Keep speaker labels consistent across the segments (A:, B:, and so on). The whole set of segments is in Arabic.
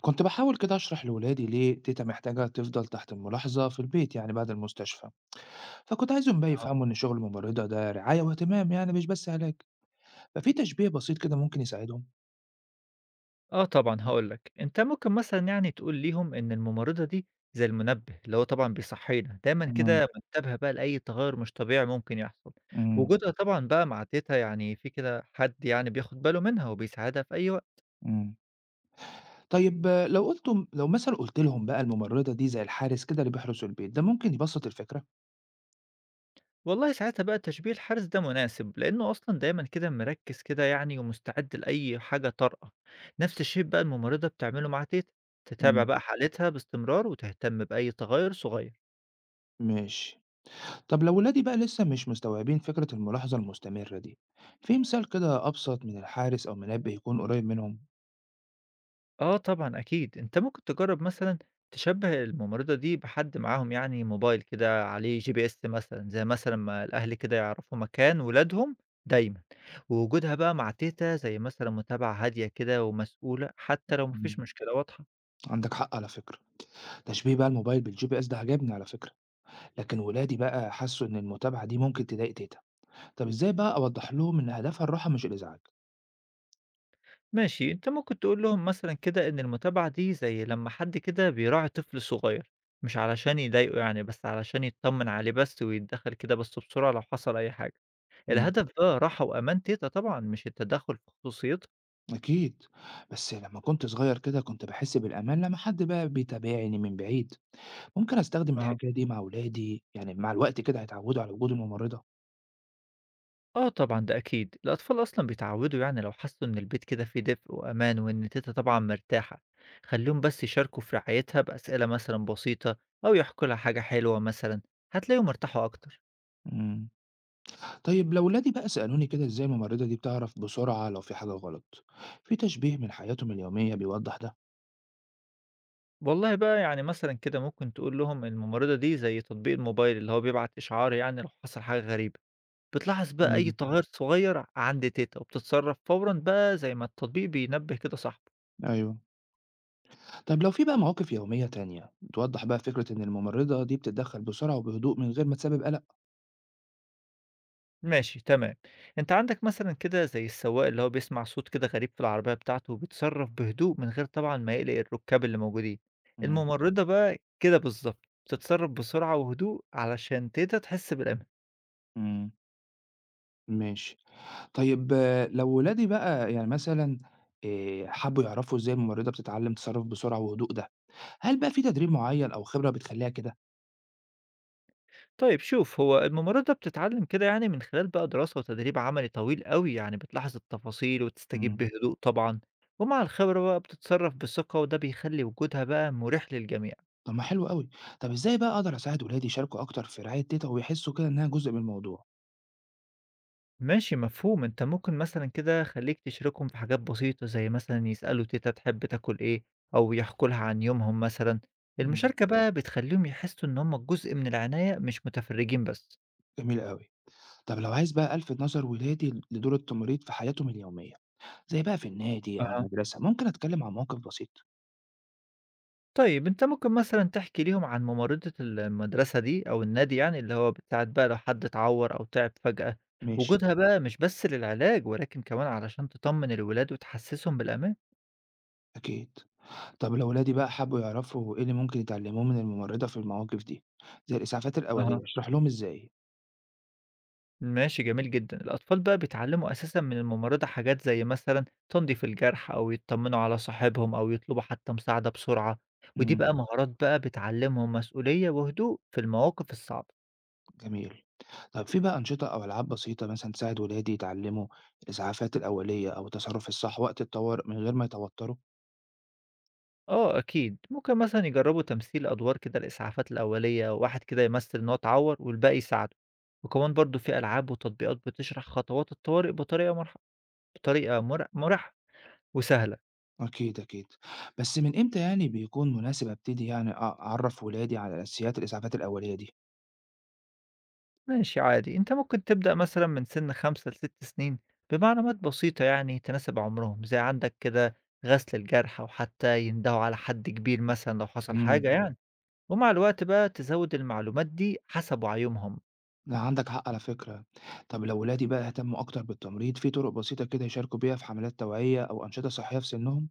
A: كنت بحاول كده أشرح لولادي ليه تيتا محتاجة تفضل تحت الملاحظة في البيت، يعني بعد المستشفى. فكنت عايزهم بقى
B: آه.
A: يفهموا إن شغل الممرضة ده رعاية واهتمام، يعني مش بس علاج. ففي تشبيه بسيط كده ممكن يساعدهم.
B: آه طبعًا هاقول لك، أنت ممكن مثلًا يعني تقول ليهم إن الممرضة دي زي المنبه، اللي هو طبعًا بيصحينا، دايمًا
A: امم
B: كده منتبهة بقى لأي تغيُّر مش طبيعي ممكن يحصل.
A: امم
B: وجودها طبعًا بقى مع تيتة يعني في كده حد يعني بياخد باله منها وبيساعدها في أي وقت.
A: امم. طيب، لو مثلا قلت لهم بقى الممرضة دي زي الحارس كده اللي بيحرس البيت، ده ممكن يبسط الفكرة.
B: والله ساعتها بقى تشبيه الحارس ده مناسب، لإنه أصلًا دايمًا كده مركِّز كده يعني ومستعد لأي حاجة طارئة. نفس الشيء بقى الممرضة بتعمله مع تيتة، تتابع
A: امم.
B: بقى حالتها باستمرار وتهتم بأي تغيُّر صغير.
A: ماشي. طب لو ولادي بقى لسه مش مستوعبين فكرة الملاحظة المستمرة دي، في مثال كده أبسط من الحارس أو منبه يكون قريب منهم؟
B: آه طبعًا أكيد، أنت ممكن تجرّب مثلًا تشبّه الممرضة دي بحد معاهم يعني موبايل كده عليه GPS مثلًا، زي مثلًا ما الأهل كده يعرفوا مكان ولادهم دايمًا، ووجودها بقى مع تيتة زي مثلًا متابعة هادية كده ومسؤولة، حتى لو ما فيش
A: مم.
B: مشكلة واضحة.
A: عندك حق على فكرة. تشبيه بقى الموبايل بالجي بي اس ده عجبني على فكرة. لكن ولادي بقى حسوا ان المتابعة دي ممكن تضايق تيتا. طب ازاي بقى اوضح لهم ان هدفها الراحة مش الازعاج؟
B: ماشي، أنت ممكن تقول لهم مثلًا كده إن المتابعة دي زي لمّا حد كده بيراعي طفل صغير، مش علشان يضايقه يعني، بس علشان يتطمن عليه بس ويتدخل كده بس بسرعة لو حصل أي حاجة.
A: امم.
B: الهدف بقى راحة وأمان تيتة طبعًا مش التدخُّل في خصوصيتها.
A: اكيد. بس لما كنت صغير كده كنت بحس بالامان لما حد بقى بيتابعني من بعيد. ممكن استخدم
B: أها.
A: الحكاية دي مع ولادي، يعني مع الوقت كده هيتعودوا على وجود الممرضة.
B: آه طبعًا ده أكيد، الأطفال أصلًا بيتعوّدوا يعني لو حسّوا إن البيت كده فيه دفء وأمان وإن تيتة طبعًا مرتاحة، خلّيهم بس يشاركوا في رعايتها بأسئلة مثلًا بسيطة أو يحكوا لها حاجة حلوة مثلًا، هتلاقيهم ارتاحوا أكتر.
A: امم. طيب لو ولادي بقى سألوني كده ازاي الممرضة دي بتعرف بسرعة لو في حاجة غلط، في تشبيه من حياتهم اليومية بيوضح ده؟
B: والله بقى يعني مثلًا كده ممكن تقول لهم الممرضة دي زي تطبيق الموبايل اللي هو بيبعت إشعار يعني لو حصل حاجة غريبة، بتلاحظ بقى أي
A: امم.
B: تغيُّر صغير عند تيتة وبتتصرّف فورًا بقى زي ما التطبيق بينبّه كده صاحبه.
A: ايوه. طب لو في بقى مواقف يومية تانية توضح بقى فكرة إن الممرضة دي بتتدخل بسرعة وبهدوء من غير ما تسبب قلق؟
B: ماشي تمام. أنت عندك مثلًا كده زي السواق اللي هو بيسمع صوت كده غريب في العربية بتاعته وبيتصرّف بهدوء من غير طبعًا ما يقلق الرُكّاب اللي موجودين.
A: مم.
B: الممرّضة بقى كده بالضبط، بتتصرّف بسرعة وهدوء علشان تقدر تحس بالأمان.
A: مم. ماشي. طيب، لو ولادي بقى يعني مثلا حبوا يعرفوا إزاي الممرضة بتتعلم تصرف بسرعة وهدوء ده. هل بقى في تدريب معين أو خبرة بتخليها كده؟
B: طيب شوف، هو الممرّضة بتتعلّم كده يعني من خلال بقى دراسة وتدريب عملي طويل أوي، يعني بتلاحظ التفاصيل وتستجيب
A: مم.
B: بهدوء طبعًا، ومع الخبرة بقى بتتصرّف بثقة وده بيخلّي وجودها بقى مُريح للجميع.
A: طب ما حلو قوي. طب إزاي بقى أقدر أساعد ولادي يشاركوا أكتر في رعاية تيتا ويحسوا كده إنها جزء من الموضوع؟
B: ماشي مفهوم، أنت ممكن مثلًا كده خلّيك تشاركهم في حاجات بسيطة، زي مثلًا يسألوا تيتة تحب تاكل إيه، أو يحكوا لها عن يومهم مثلًا،
A: مم.
B: المشاركة بقى بتخلّيهم يحسّوا إن هُم جزء من العناية مش متفرّجين بس.
A: جميل قوي. طب لو عايز بقى ألفت نظر ولادي لدور التمريض في حياتهم اليومية، زي بقى في النادي أو
B: أها.
A: المدرسة، ممكن أتكلم عن موقف بسيط.
B: طيب أنت ممكن مثلًا تحكي ليهم عن ممرضة المدرسة دي أو النادي يعني اللي هو بتساعد بقى لو حد اتعوّر أو تعب فجأة،
A: ماشي.
B: وجودها بقى مش بس للعلاج ولكن كمان علشان تطمّن الولاد وتحسّسهم بالأمان.
A: أكيد. طب لو ولادي بقى حبوا يعرفوا إيه اللي ممكن يتعلموه من الممرضة في المواقف دي، زي الإسعافات
B: أها.
A: الأولية، أشرح لهم إزاي.
B: ماشي جميل جدًا. الأطفال بقى بيتعلّموا أساسًا من الممرضة حاجات زي مثلًا تنضيف الجرح أو يطمنوا على صاحبهم أو يطلبوا حتى مساعدة بسرعة، ودي
A: امم.
B: بقى مهارات بقى بتعلّمهم مسؤولية وهدوء في المواقف الصعبة.
A: جميل. طب في بقى أنشطة أو ألعاب بسيطة مثلا تساعد ولادي يتعلموا الإسعافات الأولية أو التصرف الصح وقت الطوارئ من غير ما يتوتروا؟
B: آه أكيد، ممكن مثلًا يجرّبوا تمثيل أدوار كده الإسعافات الأولية، واحد كده يمثّل إن هو اتعوّر والباقي يساعده، وكمان برضه في ألعاب وتطبيقات بتشرح خطوات الطوارئ بطريقة مرح بطريقة مر مُرح وسهلة.
A: أكيد أكيد. بس من إمتى يعني بيكون مناسب أبتدي، يعني أعرف ولادي على أساسيات الإسعافات الأولية دي؟
B: ماشي عادي، أنت ممكن تبدأ مثلًا من سن 5 ل6 سنين بمعلومات بسيطة يعني تناسب عمرهم، زي عندك كده غسل الجرح أو حتى يندهوا على حد كبير مثلًا لو حصل
A: إمم،
B: حاجة يعني، ومع الوقت بقى تزود المعلومات دي حسب وعيهم.
A: لأ عندك حق على فكرة. طب لو ولادي بقى اهتموا أكتر بالتمريض، في طرق بسيطة كده يشاركوا بيها في حملات توعية أو أنشطة صحية في سنهم؟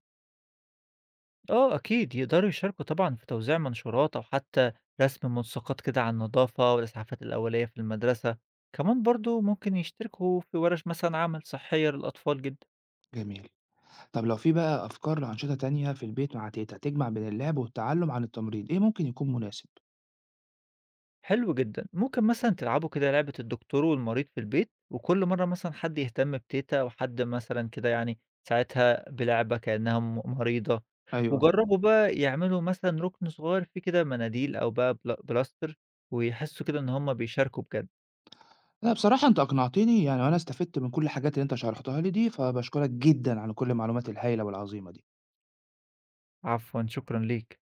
B: آه أكيد، يقدروا يشاركوا طبعًا في توزيع منشورات أو حتى رسم ملصقات كده عن النضافة والإسعافات الأولية في المدرسة، كمان برضه ممكن يشتركوا في ورش مثلًا عمل صحية للأطفال جدًا.
A: جميل. طب لو في بقى أفكار لأنشطة تانية في البيت مع تيتة تجمع بين اللعب والتعلم عن التمريض، إيه ممكن يكون مناسب؟
B: حلو جدًا، ممكن مثلًا تلعبوا كده لعبة الدكتور والمريض في البيت، وكل مرة مثلًا حد يهتم بتيتة وحد مثلًا كده يعني ساعتها بلعبة كأنها مريضة،
A: أيوه.
B: وجربوا بقى يعملوا مثلًا ركن صغير فيه كده مناديل أو بقى بلا بلاستر، ويحسوا كده إن هُم بيشاركوا بجد،
A: لأ بصراحة أنت أقنعتني، يعني وأنا استفدت من كل الحاجات اللي أنت شرحتها لي دي، فباشكرك جدًا على كل المعلومات الهايلة والعظيمة دي.
B: عفوًا شكرًا ليك.